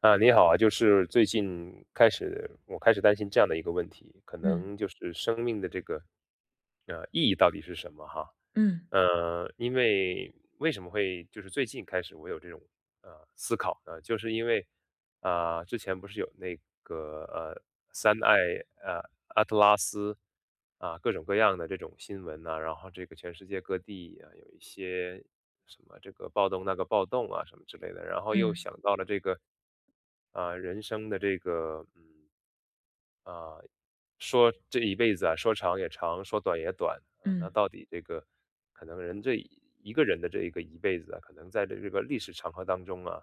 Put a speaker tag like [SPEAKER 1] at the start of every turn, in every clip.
[SPEAKER 1] 啊，你好啊，就是最近开始，我开始担心这样的一个问题，可
[SPEAKER 2] 嗯
[SPEAKER 1] 能就是生命的这个，意义到底是什么哈？
[SPEAKER 2] 嗯
[SPEAKER 1] 因为为什么会就是最近开始我有这种思考呢？就是因为啊、之前不是有那个三爱呃阿特拉斯啊、各种各样的这种新闻呐、然后这个全世界各地啊有一些什么这个暴动那个暴动啊什么之类的，然后又
[SPEAKER 2] 嗯
[SPEAKER 1] 想到了这个，啊、人生的这个，说这一辈子啊，说长也长，说短也短啊，那
[SPEAKER 2] 嗯
[SPEAKER 1] 到底这个可能人这一个人的这一个一辈子啊，可能在这个历史长河当中啊，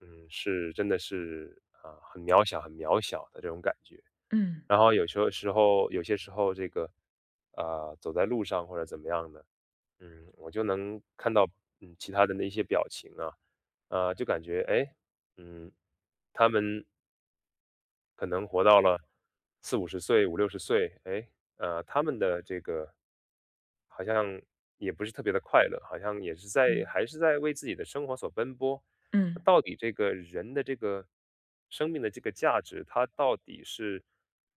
[SPEAKER 1] 是真的是啊、很渺小很渺小的这种感觉。
[SPEAKER 2] 嗯
[SPEAKER 1] 然后有些时候这个，啊、走在路上或者怎么样的，我就能看到，其他人的那些表情啊，就感觉，哎，诶嗯，他们可能活到了4、50岁、5、60岁，哎，他们的这个好像也不是特别的快乐，好像也是在
[SPEAKER 2] 嗯
[SPEAKER 1] 还是在为自己的生活所奔波。那
[SPEAKER 2] 嗯
[SPEAKER 1] 到底这个人的这个生命的这个价值，它到底是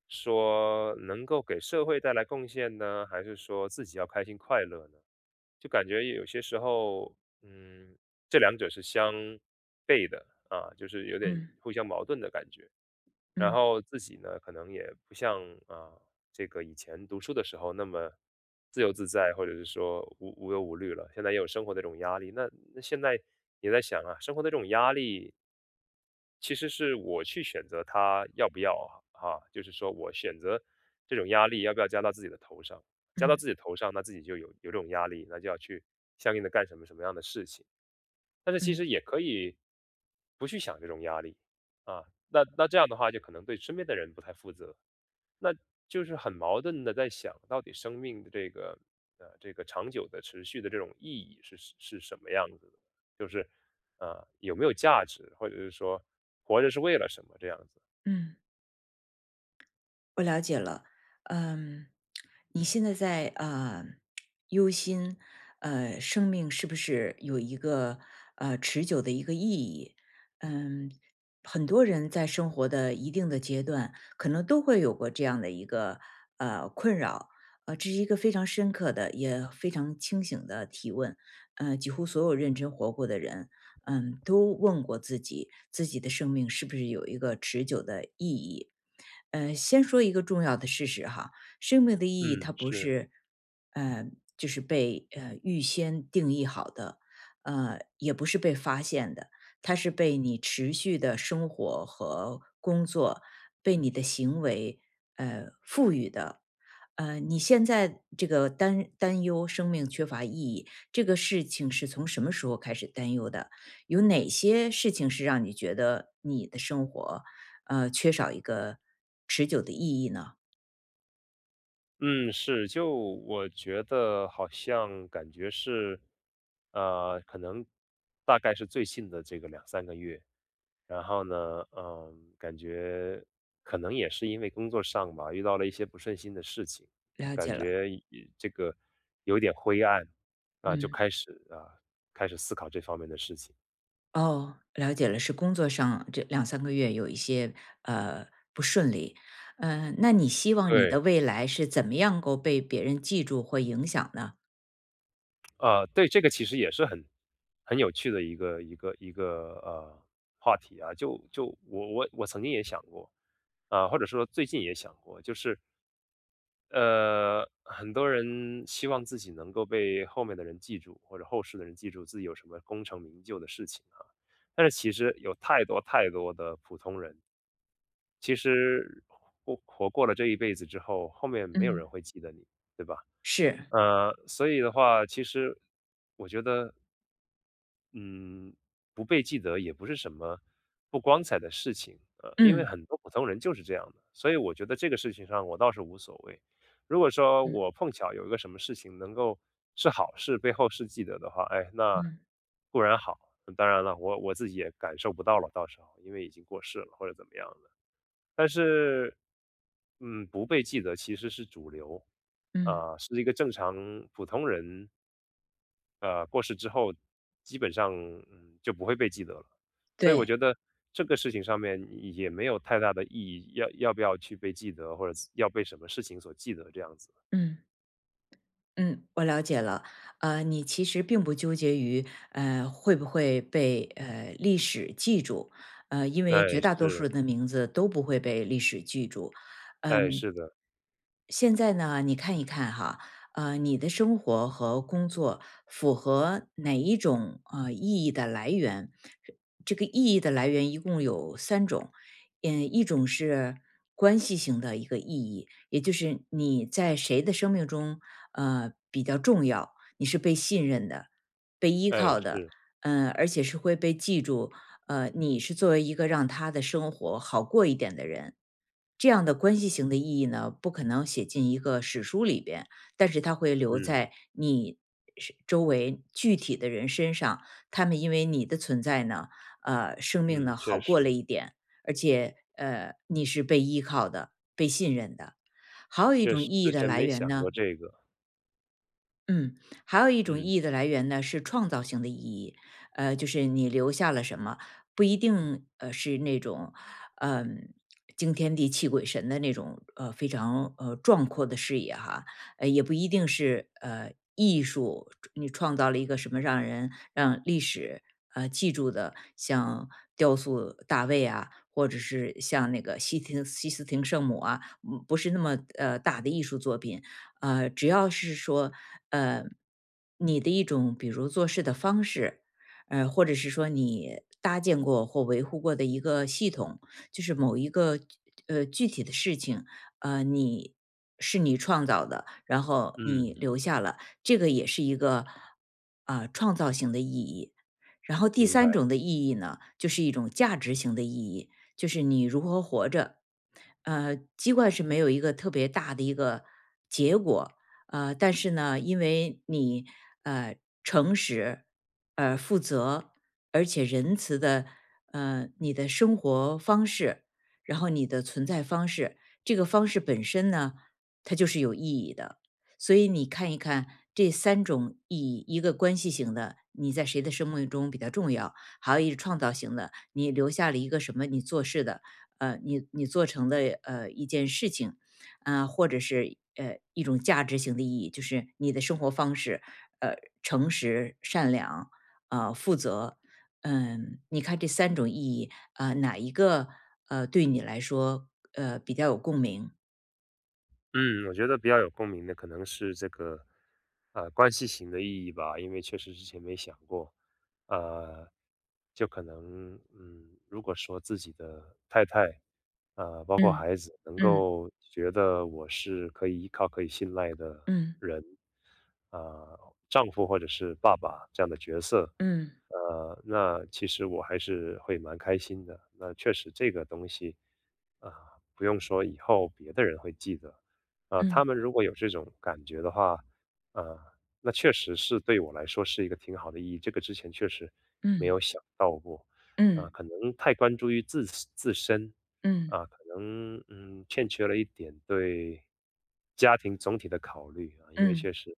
[SPEAKER 1] 说能够给社会带来贡献呢，还是说自己要开心快乐呢？就感觉有些时候，嗯，这两者是相悖的啊，就是有点
[SPEAKER 2] 嗯
[SPEAKER 1] 互相矛盾的感觉。然
[SPEAKER 2] 嗯
[SPEAKER 1] 后自己呢，可能也不像啊、这个以前读书的时候那么自由自在，或者是说无忧无虑了。现在也有生活的这种压力，那现在也在想啊，生活的这种压力其实是我去选择它要不要啊哈，啊就是说我选择这种压力要不要加到自己的头上，加到自
[SPEAKER 2] 嗯
[SPEAKER 1] 己头上，那自己就有这种压力，那就要去相应的干什么什么样的事情。但是其
[SPEAKER 2] 嗯
[SPEAKER 1] 实也可以不去想这种压力啊，那这样的话就可能对身边的人不太负责，那就是很矛盾的在想到底生命的这个长久的持续的这种意义是什么样子的，就是啊有没有价值，或者是说活着是为了什么这样子。
[SPEAKER 2] 嗯，我了解了。嗯，你现在在忧心，生命是不是有一个持久的一个意义？嗯，很多人在生活的一定的阶段，可能都会有过这样的一个困扰。这是一个非常深刻的，也非常清醒的提问。几乎所有认真活过的人，都问过自己，自己的生命是不是有一个持久的意义？先说一个重要的事实哈，生命的意义它
[SPEAKER 1] 嗯，
[SPEAKER 2] 不
[SPEAKER 1] 是，
[SPEAKER 2] 是，呃，就是被预先定义好的，也不是被发现的，它是被你持续的生活和工作，被你的行为赋予的。你现在这个担忧生命缺乏意义，这个事情是从什么时候开始担忧的？有哪些事情是让你觉得你的生活，缺少一个持久的意义呢？
[SPEAKER 1] 嗯，是，就我觉得好像感觉是，可能大概是最近的这个2、3个月，然后呢，感觉可能也是因为工作上吧，遇到了一些不顺心的事情，
[SPEAKER 2] 了解
[SPEAKER 1] 感
[SPEAKER 2] 了。
[SPEAKER 1] 觉这个有点灰暗啊，就
[SPEAKER 2] 嗯，
[SPEAKER 1] 开始啊，开始思考这方面的事情。
[SPEAKER 2] 哦，了解了，是工作上这两三个月有一些呃不顺利。那你希望你
[SPEAKER 1] 对，
[SPEAKER 2] 的未来是怎么样够被别人记住或影响呢？
[SPEAKER 1] 啊，对，这个其实也是很有趣的一个话题啊。就我曾经也想过啊，或者说最近也想过，就是很多人希望自己能够被后面的人记住，或者后世的人记住自己有什么功成名就的事情啊。但是其实有太多太多的普通人，其实活过了这一辈子之后，后面没有人
[SPEAKER 2] 嗯，
[SPEAKER 1] 会记得你，对吧？
[SPEAKER 2] 是，
[SPEAKER 1] 所以的话，其实我觉得嗯，不被记得也不是什么不光彩的事情，因为
[SPEAKER 2] 嗯
[SPEAKER 1] 很多普通人就是这样的，所以我觉得这个事情上我倒是无所谓。如果说
[SPEAKER 2] 嗯
[SPEAKER 1] 我碰巧有一个什么事情能够是好事，被后世记得的话，哎，那
[SPEAKER 2] 嗯
[SPEAKER 1] 固然好，当然了，我自己也感受不到了，到时候因为已经过世了或者怎么样的。但是，不被记得其实是主流，
[SPEAKER 2] 嗯，
[SPEAKER 1] 啊、是一个正常普通人过世之后，基本上，就不会被记得了。所以我
[SPEAKER 2] 对，
[SPEAKER 1] 觉得这个事情上面也没有太大的意义，要要不要去被记得，或者要被什么事情所记得这样子。
[SPEAKER 2] 嗯。嗯，我了解了。你其实并不纠结于会不会被历史记住，因为
[SPEAKER 1] 哎，
[SPEAKER 2] 绝大多数
[SPEAKER 1] 是，
[SPEAKER 2] 人的名字都不会被历史记住。
[SPEAKER 1] 哎，
[SPEAKER 2] 嗯，
[SPEAKER 1] 是的，
[SPEAKER 2] 现在呢，你看一看哈，你的生活和工作符合哪一种意义的来源？这个意义的来源一共有三种。一种是关系型的一个意义，也就是你在谁的生命中比较重要，你是被信任的、被依
[SPEAKER 1] 哎，
[SPEAKER 2] 靠的，
[SPEAKER 1] 是，
[SPEAKER 2] 而且是会被记住。你是作为一个让他的生活好过一点的人，这样的关系型的意义呢，不可能写进一个史书里边，但是它会留
[SPEAKER 1] 嗯，
[SPEAKER 2] 在你是周围具体的人身上。他们因为你的存在呢，生命
[SPEAKER 1] 嗯，
[SPEAKER 2] 呢好
[SPEAKER 1] 确
[SPEAKER 2] 过
[SPEAKER 1] 实，
[SPEAKER 2] 了一点，而且你是被依靠的、被信任的。还有一
[SPEAKER 1] 确
[SPEAKER 2] 种
[SPEAKER 1] 实，
[SPEAKER 2] 意义
[SPEAKER 1] 之
[SPEAKER 2] 的
[SPEAKER 1] 前
[SPEAKER 2] 来
[SPEAKER 1] 没
[SPEAKER 2] 源
[SPEAKER 1] 想
[SPEAKER 2] 呢，
[SPEAKER 1] 过这个，
[SPEAKER 2] 嗯，还有一种
[SPEAKER 1] 嗯，
[SPEAKER 2] 意义的来源呢，是创造性的意义。就是你留下了什么，不一定是那种，嗯、惊天地泣鬼神的那种非常壮阔的视野哈。也不一定是艺术，你创造了一个什么让人让历史记住的，像雕塑大卫啊，或者是像那个西斯廷圣母啊，不是那么大的艺术作品。只要是说，呃，你的一种比如做事的方式，或者是说你搭建过或维护过的一个系统，就是某一个具体的事情，你是你创造的，然后你
[SPEAKER 1] 嗯，
[SPEAKER 2] 留下了，这个也是一个啊、创造性的意义。然后第
[SPEAKER 1] 明
[SPEAKER 2] 三
[SPEAKER 1] 白。
[SPEAKER 2] 种的意义呢，就是一种价值型的意义，就是你如何活着。尽管是没有一个特别大的一个结果，但是呢，因为你呃诚实、负责，而且仁慈的你的生活方式，然后你的存在方式，这个方式本身呢，它就是有意义的。所以你看一看这三种意义，一个关系型的，你在谁的生命中比较重要？还有一是创造型的，你留下了一个什么你做事的，你做成的一件事情，啊、或者是一种价值型的意义，就是你的生活方式，呃，诚实、善良，负责。你看这三种意义，啊，哪一个对你来说比较有共鸣？
[SPEAKER 1] 嗯，我觉得比较有共鸣的可能是这个，关系型的意义吧，因为确实之前没想过，呃，就可能，如果说自己的太太，包括
[SPEAKER 2] 嗯
[SPEAKER 1] 孩子，能
[SPEAKER 2] 嗯
[SPEAKER 1] 够觉得我是可以依靠、可以信赖的
[SPEAKER 2] 嗯
[SPEAKER 1] 人，呃，丈夫或者是爸爸这样的角色，
[SPEAKER 2] 嗯
[SPEAKER 1] 那其实我还是会蛮开心的。那确实这个东西，啊、不用说，以后别的人会记得。他
[SPEAKER 2] 嗯
[SPEAKER 1] 们如果有这种感觉的话，啊，那确实是对我来说是一个挺好的意义。这个之前确实没有
[SPEAKER 2] 嗯
[SPEAKER 1] 想到过，啊，
[SPEAKER 2] 嗯
[SPEAKER 1] 可能太关注于自身，
[SPEAKER 2] 嗯
[SPEAKER 1] 啊、可能欠缺了一点对家庭总体的考虑啊，因为
[SPEAKER 2] 嗯，
[SPEAKER 1] 确实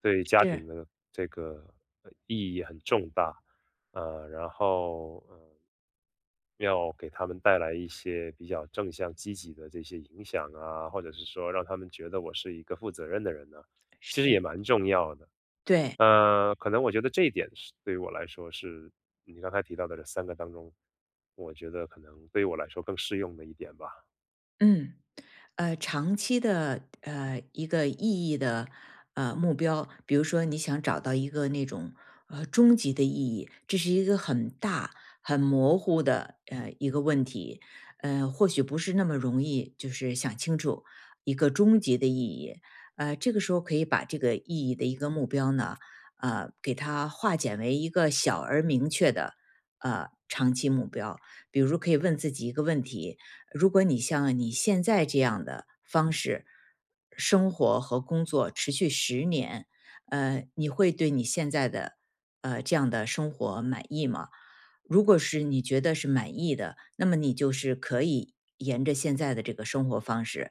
[SPEAKER 1] 对家庭
[SPEAKER 2] 是
[SPEAKER 1] 的这个意义很重大。然后要给他们带来一些比较正向、积极的这些影响啊，或者是说让他们觉得我是一个负责任的人呢、其
[SPEAKER 2] 是，
[SPEAKER 1] 实也蛮重要的。
[SPEAKER 2] 对，
[SPEAKER 1] 可能我觉得这一点是对于我来说是你刚才提到的这三个当中，我觉得可能对于我来说更适用的一点吧。
[SPEAKER 2] 嗯。长期的一个意义的目标，比如说你想找到一个那种终极的意义，这是一个很大、很模糊的一个问题，或许不是那么容易，就是想清楚一个终极的意义。这个时候可以把这个意义的一个目标呢，给它化简为一个小而明确的长期目标。比如可以问自己一个问题，如果你像你现在这样的方式生活和工作持续十年，你会对你现在的这样的生活满意吗？如果是你觉得是满意的，那么你就是可以沿着现在的这个生活方式，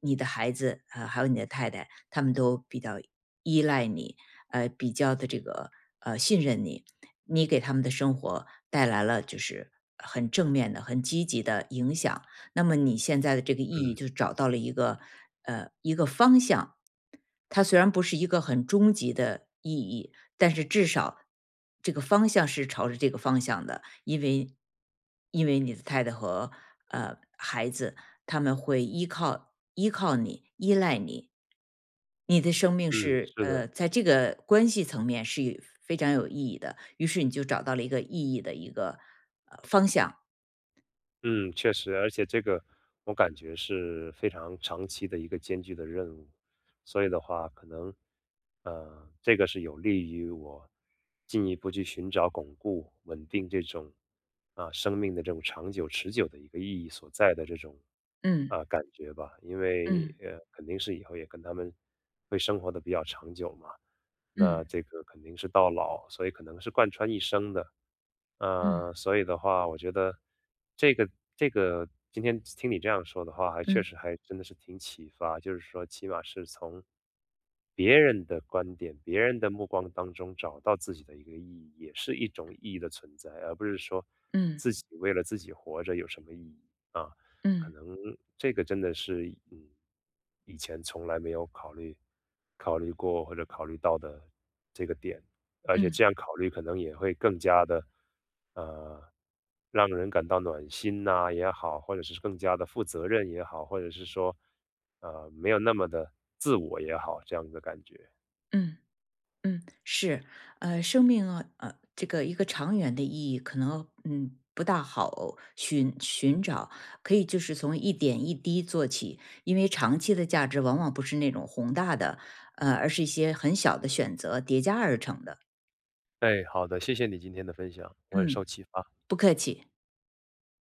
[SPEAKER 2] 你的孩子啊还有你的太太，他们都比较依赖你，比较的这个信任你，你给他们的生活带来了就是很正面的、很积极的影响。那么你现在的这个意义
[SPEAKER 1] 嗯
[SPEAKER 2] 就找到了一个一个方向。它虽然不是一个很终极的意义，但是至少这个方向是朝着这个方向的，因为你的太太和孩子他们会依靠你，依赖你。你的生命
[SPEAKER 1] 嗯，
[SPEAKER 2] 是
[SPEAKER 1] 是的。
[SPEAKER 2] 在这个关系层面是有非常有意义的，于是你就找到了一个意义的一个方向。
[SPEAKER 1] 嗯，确实，而且这个我感觉是非常长期的一个艰巨的任务，所以的话，可能这个是有利于我进一步去寻找巩固、稳定这种啊生命的这种长久、持久的一个意义所在的这种啊
[SPEAKER 2] 嗯
[SPEAKER 1] 感觉吧，因为
[SPEAKER 2] 嗯
[SPEAKER 1] 肯定是以后也跟他们会生活的比较长久嘛，那
[SPEAKER 2] 嗯
[SPEAKER 1] 这个肯定是到老，所以可能是贯穿一生的。
[SPEAKER 2] 嗯
[SPEAKER 1] 所以的话，我觉得这个这个今天听你这样说的话，还确
[SPEAKER 2] 嗯。
[SPEAKER 1] 实还真的是挺启发，就是说起码是从别人的观点、别人的目光当中找到自己的一个意义，也是一种意义的存在，而不是说
[SPEAKER 2] 嗯
[SPEAKER 1] 自己为了自己活着有什么意义啊。可
[SPEAKER 2] 嗯
[SPEAKER 1] 能这个真的是，嗯，以前从来没有考虑过或者考虑到的这个点，而且
[SPEAKER 2] 嗯
[SPEAKER 1] 这样考虑可能也会更加的，呃，让人感到暖心呐也好，或者是更加的负责任也好，或者是说，没有那么的自我也好，这样的感觉。
[SPEAKER 2] 嗯嗯，是，生命啊，这个一个长远的意义可能不大好寻找，可以就是从一点一滴做起，因为长期的价值往往不是那种宏大的，而是一些很小的选择叠加而成的。
[SPEAKER 1] 哎，好的，谢谢你今天的分享，我很受
[SPEAKER 2] 嗯，
[SPEAKER 1] 启发。
[SPEAKER 2] 不客气。